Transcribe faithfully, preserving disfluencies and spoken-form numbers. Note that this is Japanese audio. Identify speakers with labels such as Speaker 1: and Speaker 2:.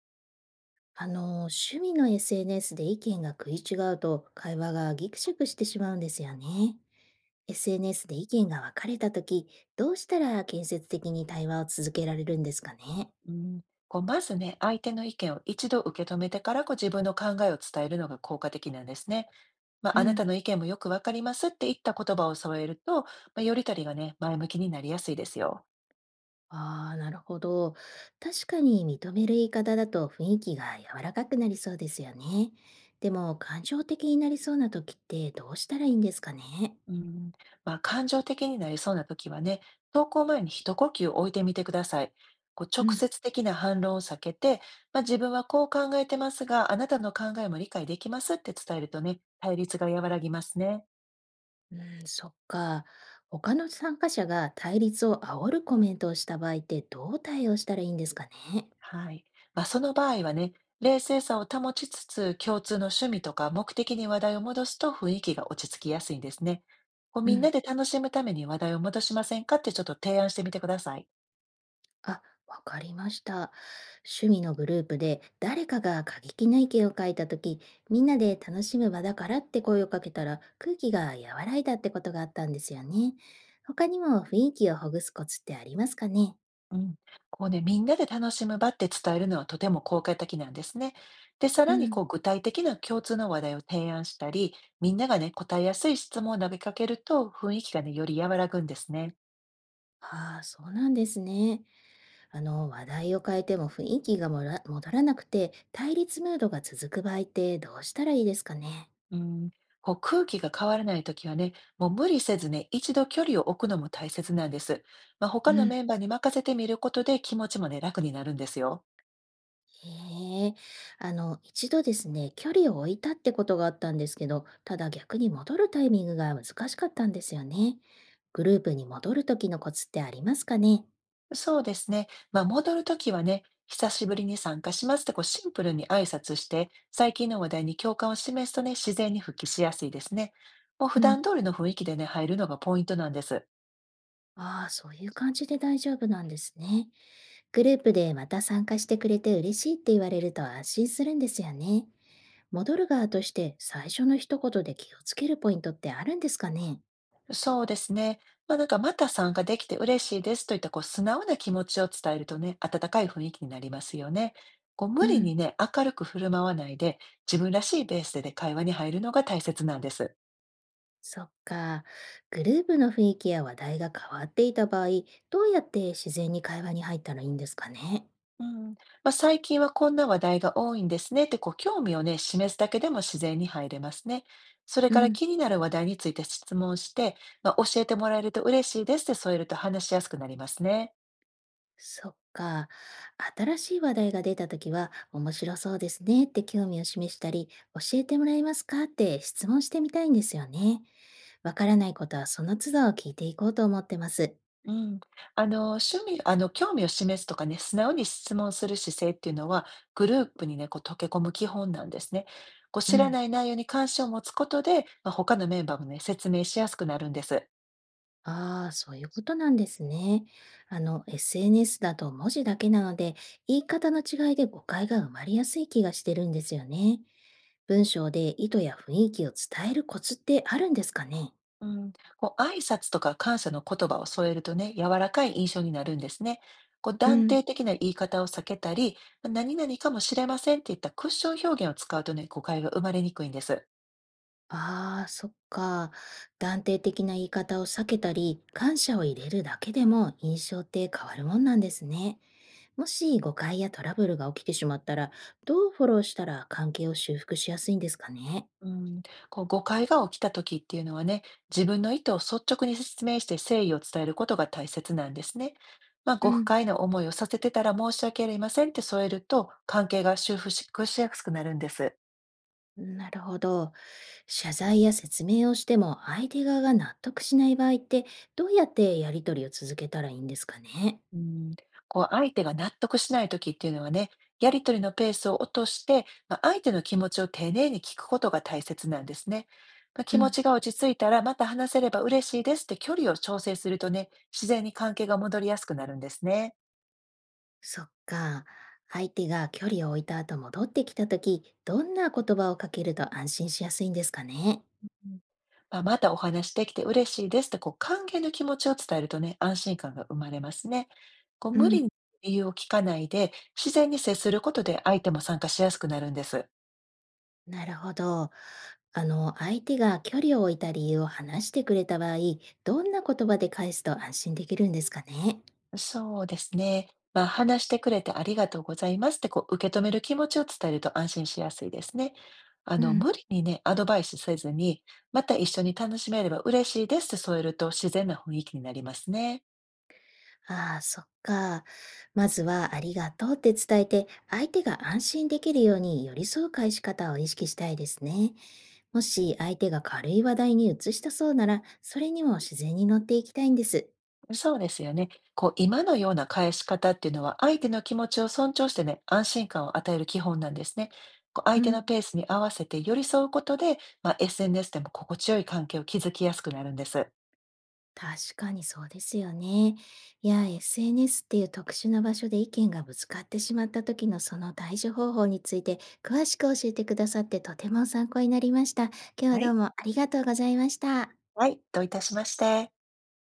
Speaker 1: あの、趣味の エスエヌエス で意見が食い違うと会話がギクシャクしてしまうんですよね。エスエヌエス で意見が分かれたとき、どうしたら建設的に対話を続けられるんですかね。
Speaker 2: うん、こうまずね、相手の意見を一度受け止めてからこう自分の考えを伝えるのが効果的なんですね。まあ、
Speaker 1: う
Speaker 2: あなた
Speaker 1: ん。
Speaker 2: の意見もよくわかりますって言った言葉を添えると、まあ、よりとりがね、前向きになりやすいですよ。
Speaker 1: ああ、なるほど。確かに認める言い方だと雰囲気が柔らかくなりそうですよね。でも感情的になりそうなときってどうしたらいいんですかね。
Speaker 2: うん、まあ、感情的になりそうな時はね、投稿前に一呼吸置いてみてください。こう直接的な反論を避けて、まあ、自分はこう考えてますが、あなたの考えも理解できますって伝えるとね、対立が和らぎますね。
Speaker 1: うん、そっか。他の参加者が対立を煽るコメントをした場合ってどう対応したらいいんですかね。
Speaker 2: はい。まあ、その場合はね、冷静さを保ちつつ、共通の趣味とか目的に話題を戻すと雰囲気が落ち着きやすいんですね。こう
Speaker 1: う
Speaker 2: みんな
Speaker 1: ん。
Speaker 2: で楽しむために話題を戻しませんかってちょっと提案してみてください。
Speaker 1: あ、わかりました。趣味のグループで誰かが過激な意見を書いたとき、みんなで楽しむ場だからって声をかけたら空気が和らいだってことがあったんですよね。他にも雰囲気をほぐすコツってありますかね。
Speaker 2: うん。こうね、みんなで楽しむ場って伝えるのはとても効果的なんですね。で、さ
Speaker 1: う
Speaker 2: らに
Speaker 1: ん。
Speaker 2: こう具体的な共通の話題を提案したり、みんながね、答えやすい質問を投げかけると雰囲気がね、より和らぐんですね。
Speaker 1: ああ、そうなんですね。あの、話題を変えても雰囲気がもら戻らなくて、対立ムードが続く場合ってどうしたらいいですかね。
Speaker 2: うん、こう空気が変わらないときはね、もう無理せずね、一度距離を置くのも大切なんです。まあ、
Speaker 1: う
Speaker 2: 他の
Speaker 1: ん。
Speaker 2: メンバーに任せてみることで気持ちもね、楽になるんですよ。
Speaker 1: へえ。あの、一度ですね、距離を置いたってことがあったんですけど、ただ逆に戻るタイミングが難しかったんですよね。グループに戻る時のコツってありますかね。
Speaker 2: そうですね。まあ、戻るときはね、久しぶりに参加しますってこうシンプルに挨拶して、最近の話題に共感を示すとね、自然に復帰しやすいですね。もう普
Speaker 1: う
Speaker 2: 段
Speaker 1: ん。
Speaker 2: 通りの雰囲気でね、入るのがポイントなんです。
Speaker 1: ああ、そういう感じで大丈夫なんですね。グループでまた参加してくれて嬉しいって言われると安心するんですよね。戻る側として最初の一言で気をつけるポイントってあるんですかね。
Speaker 2: そうですね。まあ、なんか、また参加できて嬉しいですといった、こう、素直な気持ちを伝えるとね、温かい雰囲気になりますよね。こう、
Speaker 1: う
Speaker 2: 無理
Speaker 1: ん、
Speaker 2: にね、明るく振る舞わないで、自分らしいベースで、ね、会話に入るのが大切なんです。
Speaker 1: そっか。グループの雰囲気や話題が変わっていた場合、どうやって自然に会話に入ったらいいんですかね。
Speaker 2: うん。まあ、最近はこんな話題が多いんですねって、こう、興味をね、示すだけでも自然に入れますね。それ
Speaker 1: う
Speaker 2: から
Speaker 1: ん、
Speaker 2: 気になる話題について質問して、まあ、教えてもらえると嬉しいですって添えると話しやすくなりますね。
Speaker 1: そっか。新しい話題が出たときは、面白そうですねって興味を示したり、教えてもらえますかって質問してみたいんですよね。わからないことはその都度聞いていこうと思ってます。
Speaker 2: うん、あの、趣味あの、興味を示すとかね、素直に質問する姿勢っていうのは、グループにね、こう溶け込む基本なんですね。こう
Speaker 1: う
Speaker 2: 知ら
Speaker 1: ん。
Speaker 2: ない内容に関心を持つことで、まあ、他のメンバーもね、説明しやすくなるんです。
Speaker 1: ああ、そういうことなんですね。あの、エスエヌエス だと文字だけなので、言い方の違いで誤解が生まれやすい気がしてるんですよね。文章で意図や雰囲気を伝えるコツってあるんですかね。
Speaker 2: うん、こう挨拶とか感謝の言葉を添えるとね、柔らかい印象になるんですね。こう
Speaker 1: う
Speaker 2: 断
Speaker 1: ん。
Speaker 2: 定的な言い方を避けたり、何々かもしれませんっていったクッション表現を使うとね、誤解が生まれにくいんです。
Speaker 1: ああ、そっか。断定的な言い方を避けたり、感謝を入れるだけでも印象って変わるもんなんですね。もし誤解やトラブルが起きてしまったら、どうフォローしたら関係を修復しやすいんですかね。
Speaker 2: うん、こう誤解が起きた時っていうのはね、自分の意図を率直に説明して誠意を伝えることが大切なんですね。まあ、
Speaker 1: う
Speaker 2: ご不
Speaker 1: ん、
Speaker 2: 快な思いをさせてたら申し訳ありませんって添えると、関係が修復ししやすくなるんです。
Speaker 1: なるほど。謝罪や説明をしても相手側が納得しない場合ってどうやってやり取りを続けたらいいんですかね。
Speaker 2: うん、こう相手が納得しない時っていうのはね、やり取りのペースを落として、まあ、相手の気持ちを丁寧に聞くことが大切なんですね。まあ、気
Speaker 1: う
Speaker 2: 持
Speaker 1: ん、
Speaker 2: ちが落ち着いたらまた話せれば嬉しいですって距離を調整するとね、自然に関係が戻りやすくなるんですね。
Speaker 1: そっか。相手が距離を置いた後戻ってきた時どんな言葉をかけると安心しやすいんですかね。
Speaker 2: まあ、またお話できて嬉しいですってこう歓迎の気持ちを伝えるとね、安心感が生まれますね。こう
Speaker 1: う
Speaker 2: 無理
Speaker 1: ん、
Speaker 2: に理由を聞かないで、自然に接することで相手も参加しやすくなるんです。
Speaker 1: なるほど。あの、相手が距離を置いた理由を話してくれた場合、どんな言葉で返すと安心できるんですかね。
Speaker 2: そうですね。まあ、話してくれてありがとうございますってこう受け止める気持ちを伝えると安心しやすいですね。あ
Speaker 1: う
Speaker 2: の、
Speaker 1: ん。
Speaker 2: 無理にね、アドバイスせずに、また一緒に楽しめれば嬉しいですって添えると自然な雰囲気になりますね。
Speaker 1: ああ、そっか。まずはありがとうって伝えて、相手が安心できるように寄り添う返し方を意識したいですね。もし相手が軽い話題に移したそうなら、それにも自然に乗っていきたいんです。
Speaker 2: そうですよね。こう、今のような返し方っていうのは、相手の気持ちを尊重してね、安心感を与える基本なんですね。こう相
Speaker 1: う
Speaker 2: 手の
Speaker 1: ん、
Speaker 2: ペースに合わせて寄り添うことで、まあ、エスエヌエス でも心地よい関係を築きやすくなるんです。
Speaker 1: 確かにそうですよね。いや、エスエヌエス っていう特殊な場所で意見がぶつかってしまった時のその対処方法について詳しく教えてくださってとても参考になりました。今日
Speaker 2: は
Speaker 1: はどう
Speaker 2: い。
Speaker 1: もありがとうございました。
Speaker 2: はい、どういたしまして。